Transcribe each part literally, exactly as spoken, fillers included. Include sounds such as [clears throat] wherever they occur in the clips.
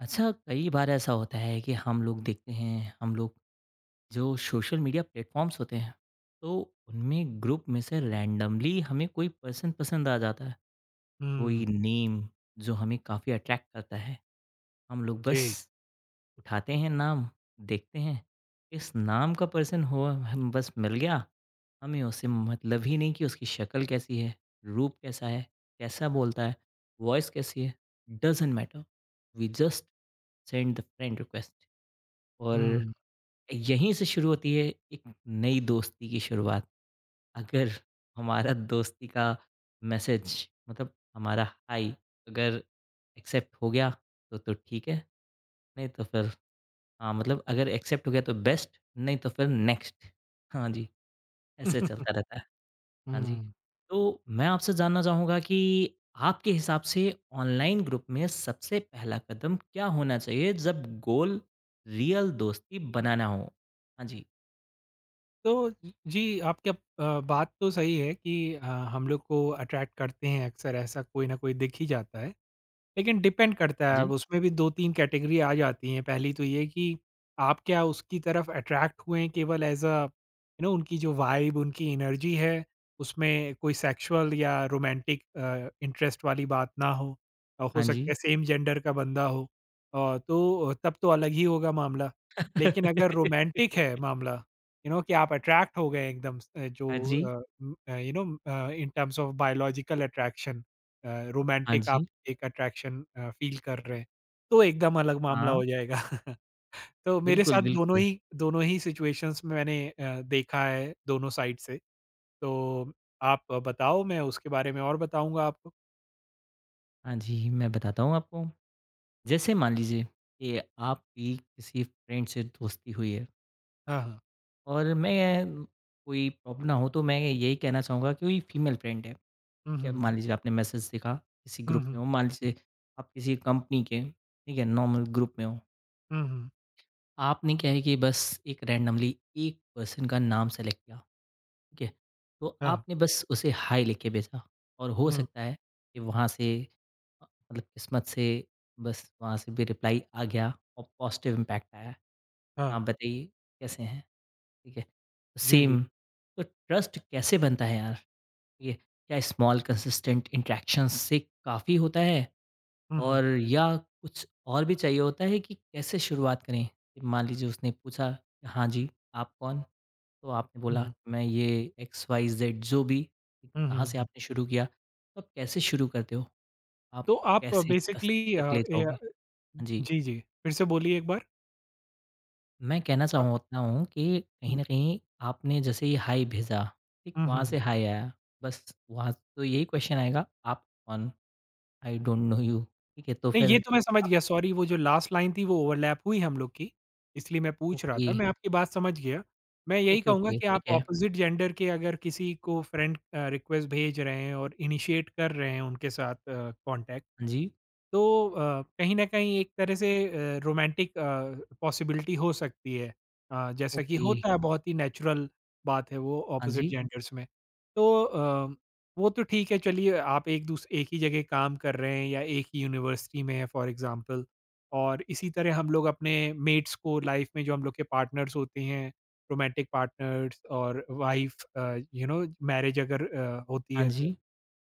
अच्छा, कई बार ऐसा होता है कि हम लोग देखते हैं, हम लोग जो सोशल मीडिया प्लेटफ़ॉर्म्स होते हैं, तो उनमें ग्रुप में से रैंडमली हमें कोई पर्सन पसंद आ जाता है, हुँ, कोई नेम जो हमें काफ़ी अट्रैक्ट करता है। हम लोग बस जी। उठाते हैं नाम, देखते हैं, इस नाम का पर्सन हो हम बस मिल गया, हमें उससे मतलब ही नहीं कि उसकी शक्ल कैसी है, रूप कैसा है, कैसा बोलता है, वॉइस कैसी है, doesn't matter. We just send the friend request. और हुँ। यहीं से शुरू होती है एक नई दोस्ती की शुरुआत। अगर हमारा दोस्ती का मैसेज मतलब हमारा हाय अगर एक्सेप्ट हो गया तो तो ठीक है, नहीं तो फिर हाँ, मतलब अगर एक्सेप्ट हो गया तो बेस्ट नहीं तो फिर नेक्स्ट। हाँ जी, ऐसे हुँ। चलता रहता है। हाँ जी, [laughs] तो मैं आपसे जानना चाहूँगा कि आपके हिसाब से ऑनलाइन ग्रुप में सबसे पहला कदम क्या होना चाहिए जब गोल रियल दोस्ती बनाना हो? हाँ जी, तो जी, आपकी अब अ, बात तो सही है कि अ, हम लोग को अट्रैक्ट करते हैं अक्सर ऐसा कोई ना कोई दिख ही जाता है। लेकिन डिपेंड करता हाँ है, अब जी। उसमें भी दो तीन कैटेगरी आ जाती हैं। पहली तो ये कि आप क्या उसकी तरफ अट्रैक्ट हुए हैं केवल एज़ अ यू नो उनकी जो वाइब, उनकी एनर्जी है, उसमें कोई सेक्सुअल या रोमांटिक अ, इंटरेस्ट वाली बात ना हो। अ, हो हाँ सकता जी। है सेम जेंडर का बंदा हो अ, तो तब तो अलग ही होगा मामला। लेकिन अगर रोमांटिक है [laughs] मामला, यू नो कि आप अट्रैक्ट हो गए एकदम से जो हाँ जी, uh, um, uh, you know uh, in terms of biological attraction uh, हाँ रोमांटिक आप जी, एक अट्रैक्शन अ, फ़ील कर रहे हैं, तो एकदम अलग मामला हाँ, हो जाएगा। [laughs] तो मेरे बिल्कुल, साथ दोनों बिल्कुल। ही दोनों ही सिचुएशंस में मैंने अ, देखा है दोनों साइड से। तो आप बताओ मैं उसके बारे में और बताऊँगा आपको। हाँ जी, मैं बताता हूँ आपको। जैसे मान लीजिए कि आपकी किसी फ्रेंड से दोस्ती हुई है हाँ, हाँ। और मैं कोई प्रॉब्लम ना हो तो मैं यही कहना चाहूँगा कि कोई फीमेल फ्रेंड है, हुँ, ठीक है? हुँ, हुँ। मान लीजिए आपने मैसेज देखा किसी हुँ, ग्रुप हुँ। में हो, मान लीजिए आप किसी कंपनी के, ठीक है, नॉर्मल ग्रुप में हो। हुँ, हुँ। आपने क्या है कि बस एक रैंडमली एक पर्सन का नाम सेलेक्ट किया ठीक है? तो हाँ। आपने बस उसे हाय लिख के भेजा और हो हुँ, सकता है कि वहाँ से अ, मतलब किस्मत से बस वहाँ से भी रिप्लाई आ गया और पॉजिटिव इम्पैक्ट आया। हाँ। हाँ, बताइए कैसे हैं? ठीक है? तो जी, जी। सेम तो ट्रस्ट कैसे बनता है यार? ये क्या स्मॉल कंसिस्टेंट इंटरैक्शंस से काफ़ी होता है हुँ, हुँ। और या कुछ और भी चाहिए होता है कि कैसे शुरुआत करें? मान लीजिए उसने पूछा, "हाँ जी, आप कौन?" तो आपने हुँ, बोला हुँ। मैं ये एक्स वाई ज़ेड जो भी, हुँ, कहाँ हुँ, से हुँ। आपने शुरू किया? तो आप कैसे शुरू करते हो? आप तो आप कैसे ट्रस्ट बेसिकली अ, तक ले ए जाओगे? हाँ जी, जी, जी। फिर से बोलिए एक बार। मैं कहना अ, चाहता हूँ कि कहीं न कहीं आपने जैसे ही हाय भेजा, ठीक हुँ, वहाँ हुँ। से हाय आया, बस वहाँ तो यही क्वेश्चन आएगा आप कौन? आई डोंट नो यू ठीक है? तो नहीं, ये फिर तो मैं समझ आप गया सॉरी वो जो लास्ट लाइन थी वो ओवरलैप हुई हम लोग की, इसलिए मैं पूछ रहा ओके, था। मैं आपकी बात समझ गया। मैं यही ओके, कहूँगा ओके कि आप ठीक है, ऑपोज़िट जेंडर के अगर किसी को फ्रेंड अ, रिक्वेस्ट भेज रहे हैं और इनिशिएट कर रहे हैं उनके साथ अ, कॉन्टैक्ट हाँ जी, तो अ, कहीं न कहीं एक तरह से अ, रोमांटिक अ, पॉसिबिलिटी हो सकती है। अ, जैसा कि ओके, होता है बहुत ही नेचुरल बात है वो हाँ ऑपोज़िट जी, जेंडर्स में। तो अ, वो तो ठीक है चलिए आप एक दूस एक ही जगह काम कर रहे हैं या एक ही यूनिवर्सिटी में हैं फॉर एग्ज़ाम्पल और इसी तरह हम लोग अपने मेट्स को लाइफ़ में जो हम लोग के पार्टनर्स होते हैं, रोमांटिक पार्टनर्स और wife uh, you know marriage अगर अ, होती हाँ है तो जी,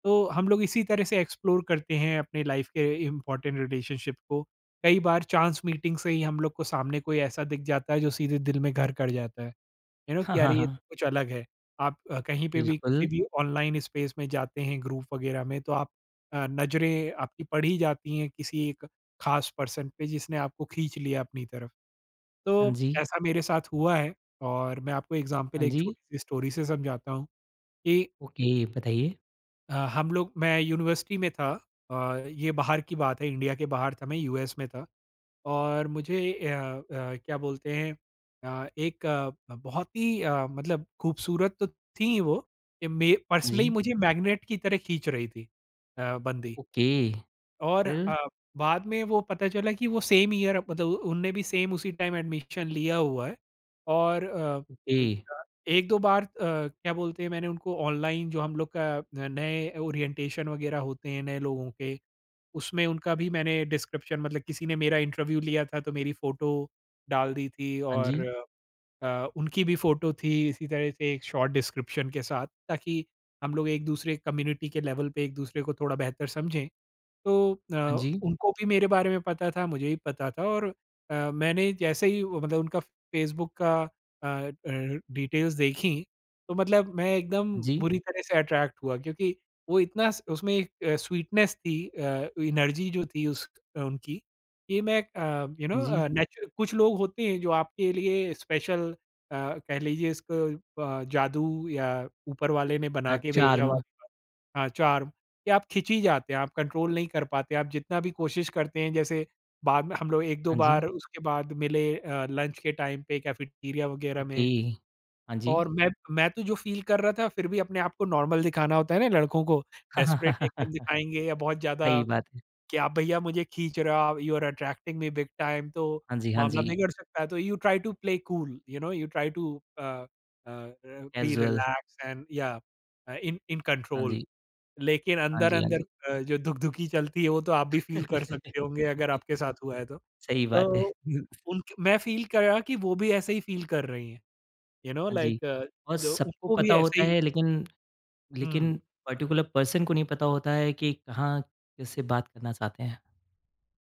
तो हम लोग इसी तरह से एक्सप्लोर करते हैं अपने लाइफ के इम्पोर्टेंट रिलेशनशिप को। कई बार चांस मीटिंग से ही हम लोग को सामने कोई ऐसा दिख जाता है जो सीधे दिल में घर कर जाता है। यू नो हाँ, कि हाँ, अरे ये हाँ, तो कुछ अलग है। आप अ, कहीं पे भी किसी बिल्कुल, भी ऑनलाइन स्पेस में जाते हैं ग्रुप वगैरह में तो आप अ, नज़रें आपकी पड़ी जाती हैं किसी एक खास पर्सन पे जिसने आपको खींच लिया अपनी तरफ। हाँ तो जी, ऐसा मेरे साथ हुआ है और मैं आपको एग्ज़ाम्पल हाँ एक जी, छोटी-सी स्टोरी से समझाता हूँ कि ओके बताइए। अ, हम लोग मैं यूनिवर्सिटी में था अ, ये बाहर की बात है इंडिया के बाहर था मैं यूएस में था और मुझे अ, अ, क्या बोलते हैं अ, एक अ, बहुत ही अ, मतलब खूबसूरत तो थी वो ये मे हाँ पर्सनली जी, मुझे मैग्नेट की तरह खींच रही थी अ, बंदी ओके, और फिर? अ, बाद में वो पता चला कि वो सेम ईयर मतलब उनने भी सेम उसी टाइम एडमिशन लिया हुआ है और अ, ओके, ए अ, एक दो बार अ, क्या बोलते हैं मैंने उनको ऑनलाइन जो हम लोग का न नए ओरिएंटेशन वगैरह होते हैं नए लोगों के, उसमें उनका भी मैंने डिस्क्रिप्शन मतलब किसी ने मेरा इंटरव्यू लिया था तो मेरी फ़ोटो डाल दी थी हाँ और जी, अ, उनकी भी फ़ोटो थी इसी तरह से एक शॉर्ट डिस्क्रिप्शन के साथ ताकि हम लोग एक-दूसरे कम्युनिटी के लेवल पे एक-दूसरे को थोड़ा बेहतर समझें। तो अ, हाँ जी, उनको भी मेरे बारे में पता था, मुझे भी पता था और अ, मैंने जैसे ही वो मतलब उनका फ़ेसबुक का अ अ, डिटेल्स देखी तो मतलब मैं एकदम हाँ जी, बुरी तरह से अट्रैक्ट हुआ क्योंकि वो इतना स उसमें एक अ, स्वीटनेस थी अ, एनर्जी जो थी उस उनकी कि मैं अ, यू हाँ नो जी, अ, नेचुर कुछ लोग होते हैं जो आपके लिए स्पेशल अ, कह लीजिए इसको अ, जादू या ऊपर वाले ने बना अ, के भेजा हुआ चार्म, हाँ, चार्म कि आप खिंच ही जाते हैं, आप कंट्रोल नहीं कर पाते। आप जितना भी कोशिश करते हैं जैसे बाद में हम लोग एक दो हाँ जी, बार उसके बाद मिले अ, लंच के टाइम पे कैफेटेरिया वगैरह ओके, में हाँ जी। और मैं मैं तो जो फ़ील कर रहा था फिर भी अपने आप को नॉर्मल दिखाना होता है ना लड़कों को, डेस्परेट एकदम [laughs] दिखाएँगे या बहुत सही ज़्यादा बात है, कि आप भैया मुझे खींच रहे हो, आप you are attracting me big time तो हाँ जी, हाँ मामला जी, बिगड़ सकता है। तो you try to play cool, you know you try to uh uh, be casual, relax and yeah uh, इन इन हाँ कंट्रोल। जी, लेकिन हाँ जी, हाँ अंदर-अंदर जी। अ, जो धुक-धुकी चलती है वो तो आप भी फ़ील कर सकते [laughs] होंगे अगर आपके साथ हुआ है तो। सही बात है, तो [laughs] उनक मैं फ़ील करा कि वो भी ऐसे ही फ़ील कर रही हैं, यू नो हाँ लाइक जी, और द सबको उनको भी पता ऐसे होता ही है लेकिन हुँ। लेकिन पर्टिकुलर पर्सन को नहीं पता होता है कि कहाँ किससे बात करना चाहते हैं।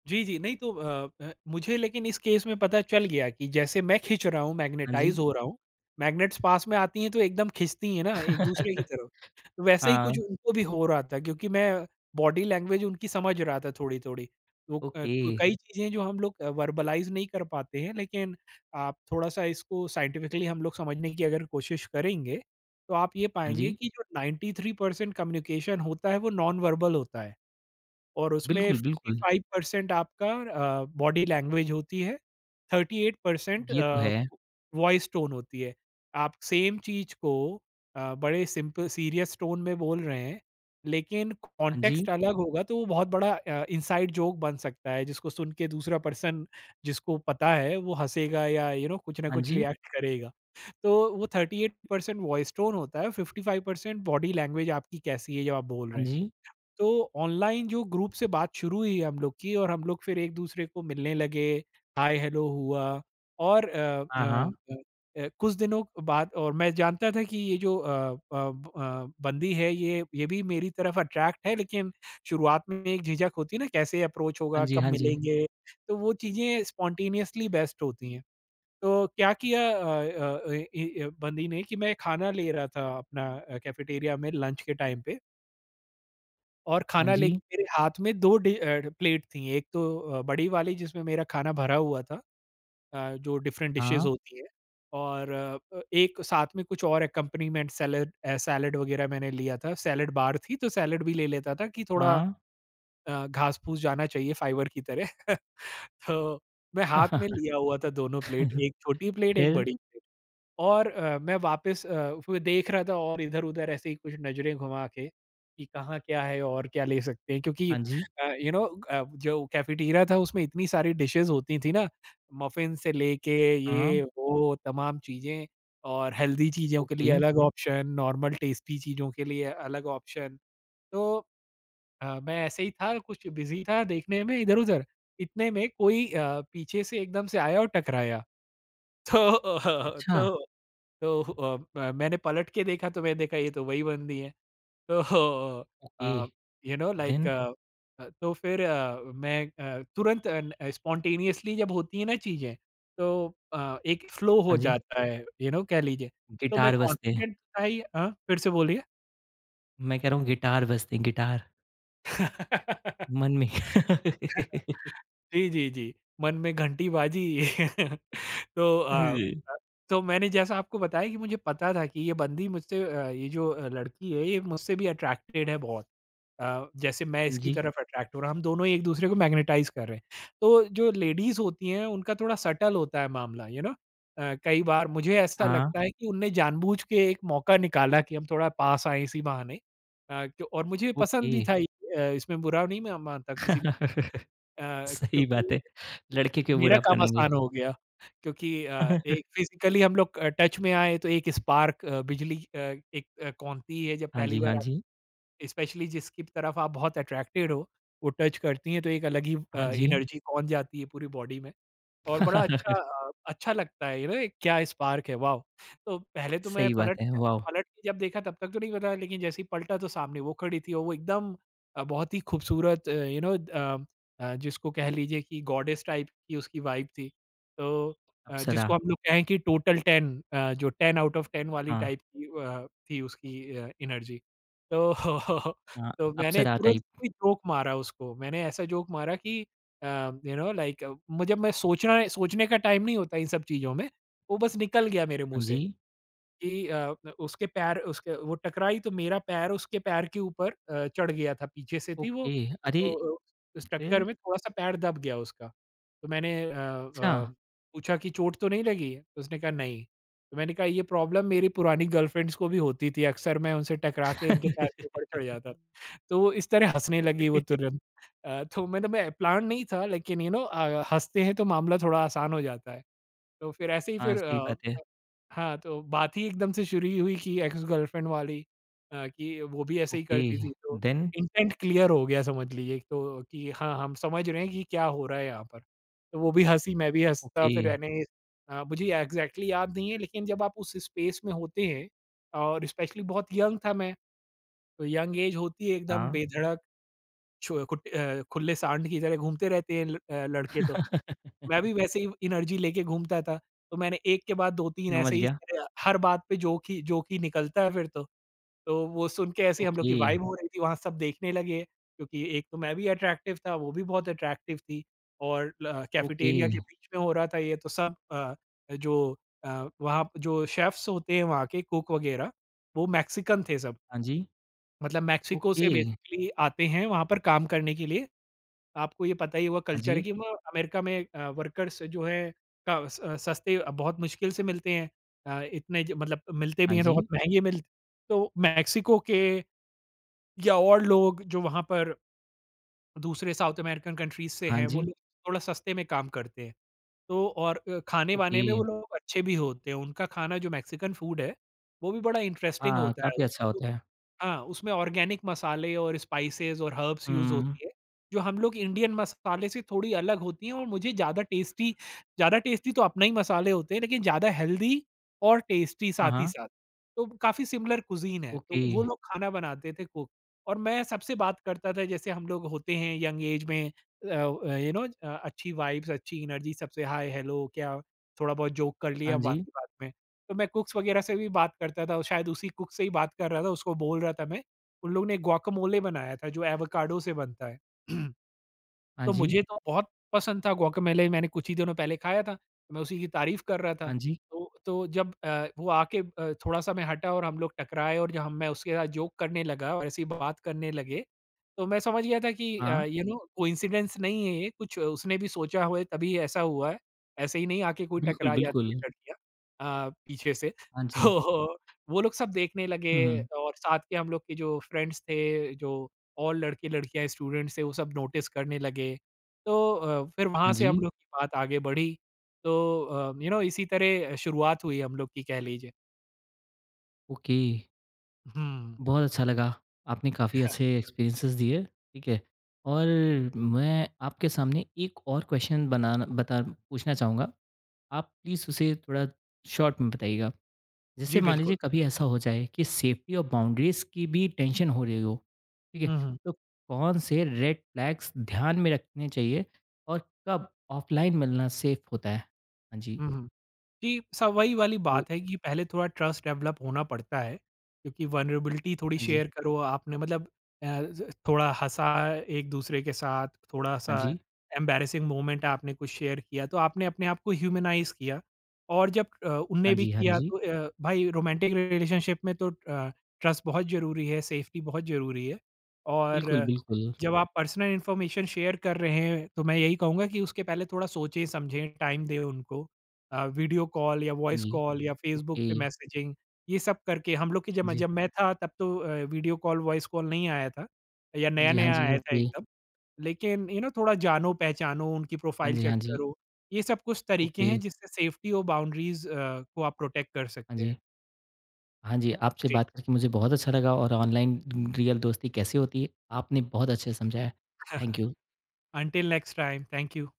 जी, जी। नहीं तो अ अ, मुझे लेकिन इस केस में पता चल गया कि जैसे मैं खींच रहा हूँ, हाँ जी, मैग्नेटाइज़ हो रहा हूँ, मैग्नेट्स पास में आती हैं तो एकदम खींचती हैं ना एक-दूसरे की [laughs] तरफ। तो वैसे ही कुछ हाँ, उनको भी हो रहा था क्योंकि मैं बॉडी लैंग्वेज उनकी समझ रहा था थोड़ी-थोड़ी। तो अ, ओके, कई चीज़ें जो हम लोग अ, वर्बलाइज़ नहीं कर पाते हैं लेकिन आप थोड़ा-सा इसको साइंटिफिकली हम लोग समझने की अगर कोशिश करेंगे, तो आप ये हाँ पाएँगे जी, कि जो नाइंटी थ्री परसेंट कम्युनिकेशन होता है वो नॉन वर्बल होता है। और उसमें बिल्कुल, बिल्कुल, फिफ्टी फाइव परसेंट आपका अ, बॉडी लैंग्वेज होती है, थर्टी एट परसेंट ये तो अ, है, वॉइस टोन होती है। आप सेम चीज़ को अ, बड़े सिंपल सीरियस टोन में बोल रहे हैं, लेकिन हाँ जी। कॉन्टेक्स्ट अलग होगा तो वो बहुत बड़ा अ, इनसाइड जोक बन सकता है जिसको सुन के दूसरा पर्सन जिसको पता है वो हँसेगा या यू you नो know, कुछ ना हाँ कुछ जी, रिएक्ट करेगा। तो वो thirty eight percent voice tone होता है, fifty five percent body language आपकी कैसी है जब आप बोल रहे हाँ हैं। जी, तो ऑनलाइन जो ग्रुप से बात शुरू हुई हम लोग की और हम लोग फिर एक-दूसरे को मिलने लगे, हाय हेलो हुआ और अ अ हाँ, हाँ। अ अ, कुछ दिनों बाद और मैं जानता था कि ये जो अ अ ब- अ, बंदी है ये ये भी मेरी तरफ अट्रैक्ट है लेकिन शुरुआत में एक झिझक होती है ना कैसे अप्रोच हाँ होगा, जी, कब हाँ जी, मिलेंगे, तो वो चीज़ें स्पॉन्टेनियसली बेस्ट होती हैं। तो क्या किया अ अ, ए ए अ, बंदी ने कि मैं खाना ले रहा था अपना अ, कैफेटेरिया में लंच के टाइम पे और हाँ खाना जी, लेके मेरे हाथ में दो डि अ, प्लेट थी। एक तो अ, बड़ी वाली जिसमें मेरा खाना भरा हुआ था अ, जो डिफरेंट हाँ, डिशेज़ होती हैं और अ, अ, एक साथ में कुछ और एक्कम्पनीमेंट सैलड अ, सैलड वगैरह मैंने लिया था। सैलड बार थी तो सैलड भी ले लेता था कि थोड़ा हाँ। अ, घास-फूस जाना चाहिए फाइबर की तरह। [laughs] तो मैं हाथ में [laughs] लिया हुआ था दोनों प्लेट, एक छोटी प्लेट, एक फिर? बड़ी प्लेट। और अ, मैं वापस अ, वो देख रहा था और इधर-उधर ऐसे ही कुछ नज़रें घुमा के कि कहाँ क्या है और क्या ले सकते हैं क्योंकि हाँ जी, अ, यू नो अ, जो कैफेटेरिया था उसमें इतनी सारी डिशेज़ होती थी ना, मफ़िन से लेके हाँ, ये वो तमाम चीज़ें और हेल्दी चीज़ों के ओके, लिए अलग ऑप्शन, नॉर्मल टेस्टी चीज़ों के लिए अलग ऑप्शन। तो अ, मैं ऐसे ही था, कुछ बिज़ी था देखने में इधर-उधर, इतने में कोई अ, पीछे से एकदम से आया और टकराया। तो [laughs] अच्छा, तो तो अ अ, मैंने पलट के देखा तो मैंने देखा ये तो वही बंदी है। तो okay, uh, you know like then? Uh uh, तो फिर अ, मैं अ, तुरंत अन स्पॉन्टेनियसली जब होती है ना चीज़ें तो अ, एक फ्लो हो हाँ जी, जाता है, यू नो कह लीजिए। तो मैं गिटार बजते। कॉन्फिडेंट था ही हाँ, फिर से बोलिए? मैं कह रहा हूँ गिटार बजते, गिटार, [laughs] मन में। [laughs] जी, जी, जी। मन में घंटी बाजी। [laughs] तो अ, जी, तो मैंने जैसा आपको बताया कि मुझे पता था कि ये बंदी मुझसे अ, ये जो अ, लड़की है ये मुझसे भी अट्रैक्टेड है बहुत। अ, जैसे मैं इसकी जी, तरफ अट्रैक्ट हो रहा हूँ, हम दोनों एक दूसरे को मैग्नेटाइज़ कर रहे हैं। तो जो लेडीज़ होती हैं उनका थोड़ा सटल होता है मामला यू नो। अ, कई बार मुझे ऐसा हाँ, लगता है कि उनने जानबूझ के एक मौका निकाला कि हम थोड़ा पास आएँ इसी बहाने। अ, क्यों और मुझे पसंद ओके। भी था ये अ, इसमें बुरा नहीं मैं मानता किसी [laughs] अ, सही क्योंकि बात है, लड़के क्यों मेरा बुरा काम मानेंगे। आसान हो गया क्योंकि अ, एक [laughs] फिज़िकली हम लोग अ, टच में आए तो एक स्पार्क अ, बिजली अ, एक अ, कौनती है जब हाँ पहली जी, बार हाँ आप जी, स्पेशली जिसकी तरफ आप बहुत अट्रैक्टेड हो, वो टच करती हैं तो एक अलग ही अ, हाँ जी। एनर्जी कौंध जाती है पूरी बॉडी में। और बड़ा अच्छा [laughs] अ, अच्छा लगता है, ये ना क्या स्पार्क है, वाओ! तो पहले तो मैं सही पलट बात है, गया वाव! पलट के जब देखा तब तक तो नहीं पता, लेकिन जैसे ही पलटा तो सामने वो खड़ी थी और वो एकदम अ, बहुत ही खूबसूरत, अ, यू नो अ अ, जिसको कह लीजिए कि गॉडेस टाइप की उसकी वाइब थी। तो अ, अप्सरा, जिसको हम लोग कहें कि टोटल टेन, अ, जो टेन आउट ऑफ टेन वाली हाँ, टाइप की अ, थी उसकी अ, एनर्जी। तो [laughs] हाँ, तो मैंने अप्सरा तुरंत टाइप। कोई जोक मारा उसको, मैंने ऐसा जोक मारा कि अ, यू नो लाइक मुझे मैं सोचना सोचने का टाइम नहीं होता इन सब चीज़ों में, वो बस निकल गया मेरे मुँह हाँ जी। से कि अ, उसके पैर उसके वो टकराई तो मेरा पैर उसके पैर के ऊपर अ, चढ़ गया था, पीछे से थी वो। ओके, अरे! तो उस टक्कर फिर? में थोड़ा-सा पैर दब गया उसका। तो मैंने अ अच्छा। अ, पूछा कि चोट तो नहीं लगी है? तो उसने कहा नहीं। तो मैंने कहा ये प्रॉब्लम मेरी पुरानी गर्लफ्रेंड्स को भी होती थी, अक्सर मैं उनसे टकरा के उनके पैर के [laughs] ऊपर चढ़ जाता था। तो वो इस तरह हँसने लगी वो तुरंत। अ, तो मतलब मैं प्लान नहीं था लेकिन यू नो अ, हँसते हैं तो मामला थोड़ा आसान हो जाता है। तो फिर ऐसे ही हाँ, फिर सही अ, बात है। हाँ, तो बात ही एकदम से शुरू ही हुई कि एक्स गर्लफ्रेंड वाली अ, कि वो भी ऐसे ही ओके, करती थी तो देन? इंटेंट क्लियर हो गया समझ लीजिए तो कि हाँ, हम समझ रहे हैं कि क्या हो रहा है यहाँ पर। तो वो भी हँसी, मैं भी हँसा ओके, फिर मैंने अ, मुझे एग्ज़ैक्टली याद नहीं है लेकिन जब आप उस स्पेस में होते हैं और स्पेशली बहुत यंग था मैं, तो यंग ऐज होती है एकदम हाँ। बेधड़क छो कुट अ, खुले सांड की तरह घूमते रहते हैं ल अ, लड़के तो। मैं भी [laughs] वैसे ही एनर्जी लेके घूमता था, तो मैंने एक के बाद दो-तीन ऐसे समझ ही इस गया। तरह हर बात पे जोक ही जोक ही निकलता है फिर तो। तो वो सुन के ऐसे ही हम लोग की ओके, वाइब हो रही थी, वहाँ सब देखने लगे, क्योंकि एक तो मैं भी अट्रैक्टिव था, वो भी बहुत अट्रैक्टिव थी और ल ओके, कैफेटेरिया के बीच में हो रहा था ये तो सब अ, जो अ, वहाँ जो शेफ्स होते हैं वहाँ के कुक वगैरह, वो मैक्सिकन थे सब। हाँ जी। मतलब मेक्सिको ओके, से बेसिकली आते हैं वहाँ पर काम करने के लिए आपको ये पता ही होगा हाँ कल्चर है जी, कि वो अमेरिका में अ, वर्कर्स जो है का स अ, सस्ते बहुत मुश्किल से मिलते हैं। अ, इतने ज मतलब मिलते भी हाँ हैं तो जी, बहुत महँगे मिल तो मेक्सिको के या और लोग जो वहाँ पर दूसरे साउथ अमेरिकन कंट्रीज़ से हाँ हैं, वो जी, लोग थोड़ा सस्ते में काम करते हैं। तो और अ, खाने-वाने ओके। में वो लोग अच्छे भी होते हैं, उनका खाना जो मेक्सिकन फूड है, वो भी बड़ा इंटरेस्टिंग हाँ, होता है। काफ़ी उस अच्छा होता उस है। हाँ, उसमें ऑर्गेनिक मसाले और स्पाइसेज़ और हर्ब्स यूज़ हुँ, होती है, जो हम लोग इंडियन मसाले से थोड़ी अलग होती हैं और मुझे ज़्यादा टेस्टी ज़्यादा टेस्टी तो अपने ही मसाले होते हैं, लेकिन ज़्यादा हेल्दी और टेस्टी हाँ, साथ ही हाँ, साथ। तो काफ़ी सिमिलर कुज़ीन है, तो ओके, वो लोग खाना बनाते थे को और मैं सबसे बात करता था जैसे हम लोग होते हैं यंग एज में यू नो अच्छी वाइब्स अच्छी एनर्जी सबसे हाय हेलो क्या थोड़ा बहुत जोक कर लिया हाँ जी, बाकी बात में तो मैं कुक्स वगैरह से भी बात करता था और शायद उसी कुक से ही बात कर रहा था उसको बोल रहा था मैं उन लोग ने guacamole बनाया था जो एवोकाडो से बनता है [clears throat] हाँ तो जी, मुझे तो बहुत पसंद था गुआकामेले मैंने कुछ ही दिनों पहले खाया था, मैं उसी की तारीफ़ कर रहा था। हाँ जी, तो तो जब अ, वो आके अ, थोड़ा-सा मैं हटा और हम लोग टकराए और जब हम मैं उसके साथ जोक करने लगा और ऐसी बात करने लगे, तो मैं समझ गया था कि अ, हाँ, यू नो कोइंसिडेंस नहीं है ये, कुछ उसने भी सोचा हुआ है तभी ऐसा हुआ है। ऐसे ही नहीं आके कोई बिल्कुल, टकरा जाती बिल्कुल, है लड़कियाँ अ, पीछे से। हाँ [laughs] तो जी। वो लोग सब देखने लगे हुँ, हुँ, और साथ के हम लोग के जो फ्रेंड्स थे, जो और लड़के-लड़कियाँ स्टूडेंट्स थे वो सब नोटिस करने लगे। तो अ, फिर वहाँ हाँ से हम जी, लोग की बात आगे बढ़ी। तो अ, यू नो इसी तरह शुरुआत हुई हम लोग की कह लीजिए। ओके। हुँ। बहुत अच्छा लगा। आपने काफ़ी अच्छे एक्सपीरियंसेस दिए, ठीक है? और मैं आपके सामने एक और क्वेश्चन बनाना बता पूछना चाहूँगा। आप प्लीज़ उसे थोड़ा शॉर्ट में बताइएगा। जैसे जी, मान लीजिए बिल्कुल। कभी ऐसा हो जाए कि सेफ्टी और बाउंड्रीज़ की भी टेंशन हो रही हो, ठीक है? हुँ, हुँ। तो कौन से रेड फ्लैग्स ध्यान में रखने चाहिए और कब ऑफलाइन मिलना सेफ होता है? हाँ जी, हुँ, हुँ। जी, स वही वाली वो बात है कि पहले थोड़ा ट्रस्ट डेवलप होना पड़ता है, क्योंकि वल्नरेबिलिटी थोड़ी हाँ जी, शेयर करो आपने मतलब अ, ज थोड़ा हँसा एक-दूसरे के साथ, हाँ थोड़ा-सा जी, एम्बैरेसिंग मोमेंट आपने कुछ शेयर किया, तो आपने अपने आप को ह्यूमनाइज़ किया। और जब अ, उनने हाँ भी जी, हाँ किया जी। तो अ, भाई रोमांटिक रिलेशनशिप में तो अ, ट्रस्ट बहुत ज़रूरी है, सेफ्टी बहुत ज़रूरी है। और बिल्कुल, अ, बिल्कुल। जब आप पर्सनल इन्फॉर्मेशन शेयर कर रहे हैं, तो मैं यही कहूँगा कि उसके पहले थोड़ा सोचें, समझें, टाइम दें उनको। अ, वीडियो कॉल या हाँ वॉइस जी। कॉल हुँ। या फ़ेसबुक ओके। पे मैसेजिंग ये सब करके हम लोग की हाँ जब जी। जब मैं था तब तो अ, वीडियो कॉल, वॉइस कॉल नहीं आया था या हाँ जी, हाँ नया-नया आया जी, हुँ। था ओके। एकदम। लेकिन यू नो थोड़ा जानो-पहचानो, उनकी हाँ प्रोफ़ाइल जी, चेक हाँ जी, करो, ये सब कुछ तरीके ओके। हैं जिससे सेफ्टी और बाउंड्रीज़ अ, को आप प्रोटेक्ट कर हाँ सकते जी। हैं। हाँ जी, आपसे जी। बात करके मुझे बहुत अच्छा लगा और ऑनलाइन रियल दोस्ती कैसे होती है, आपने बहुत अच्छे से समझाया। Thank [laughs] you. Until next time, thank you.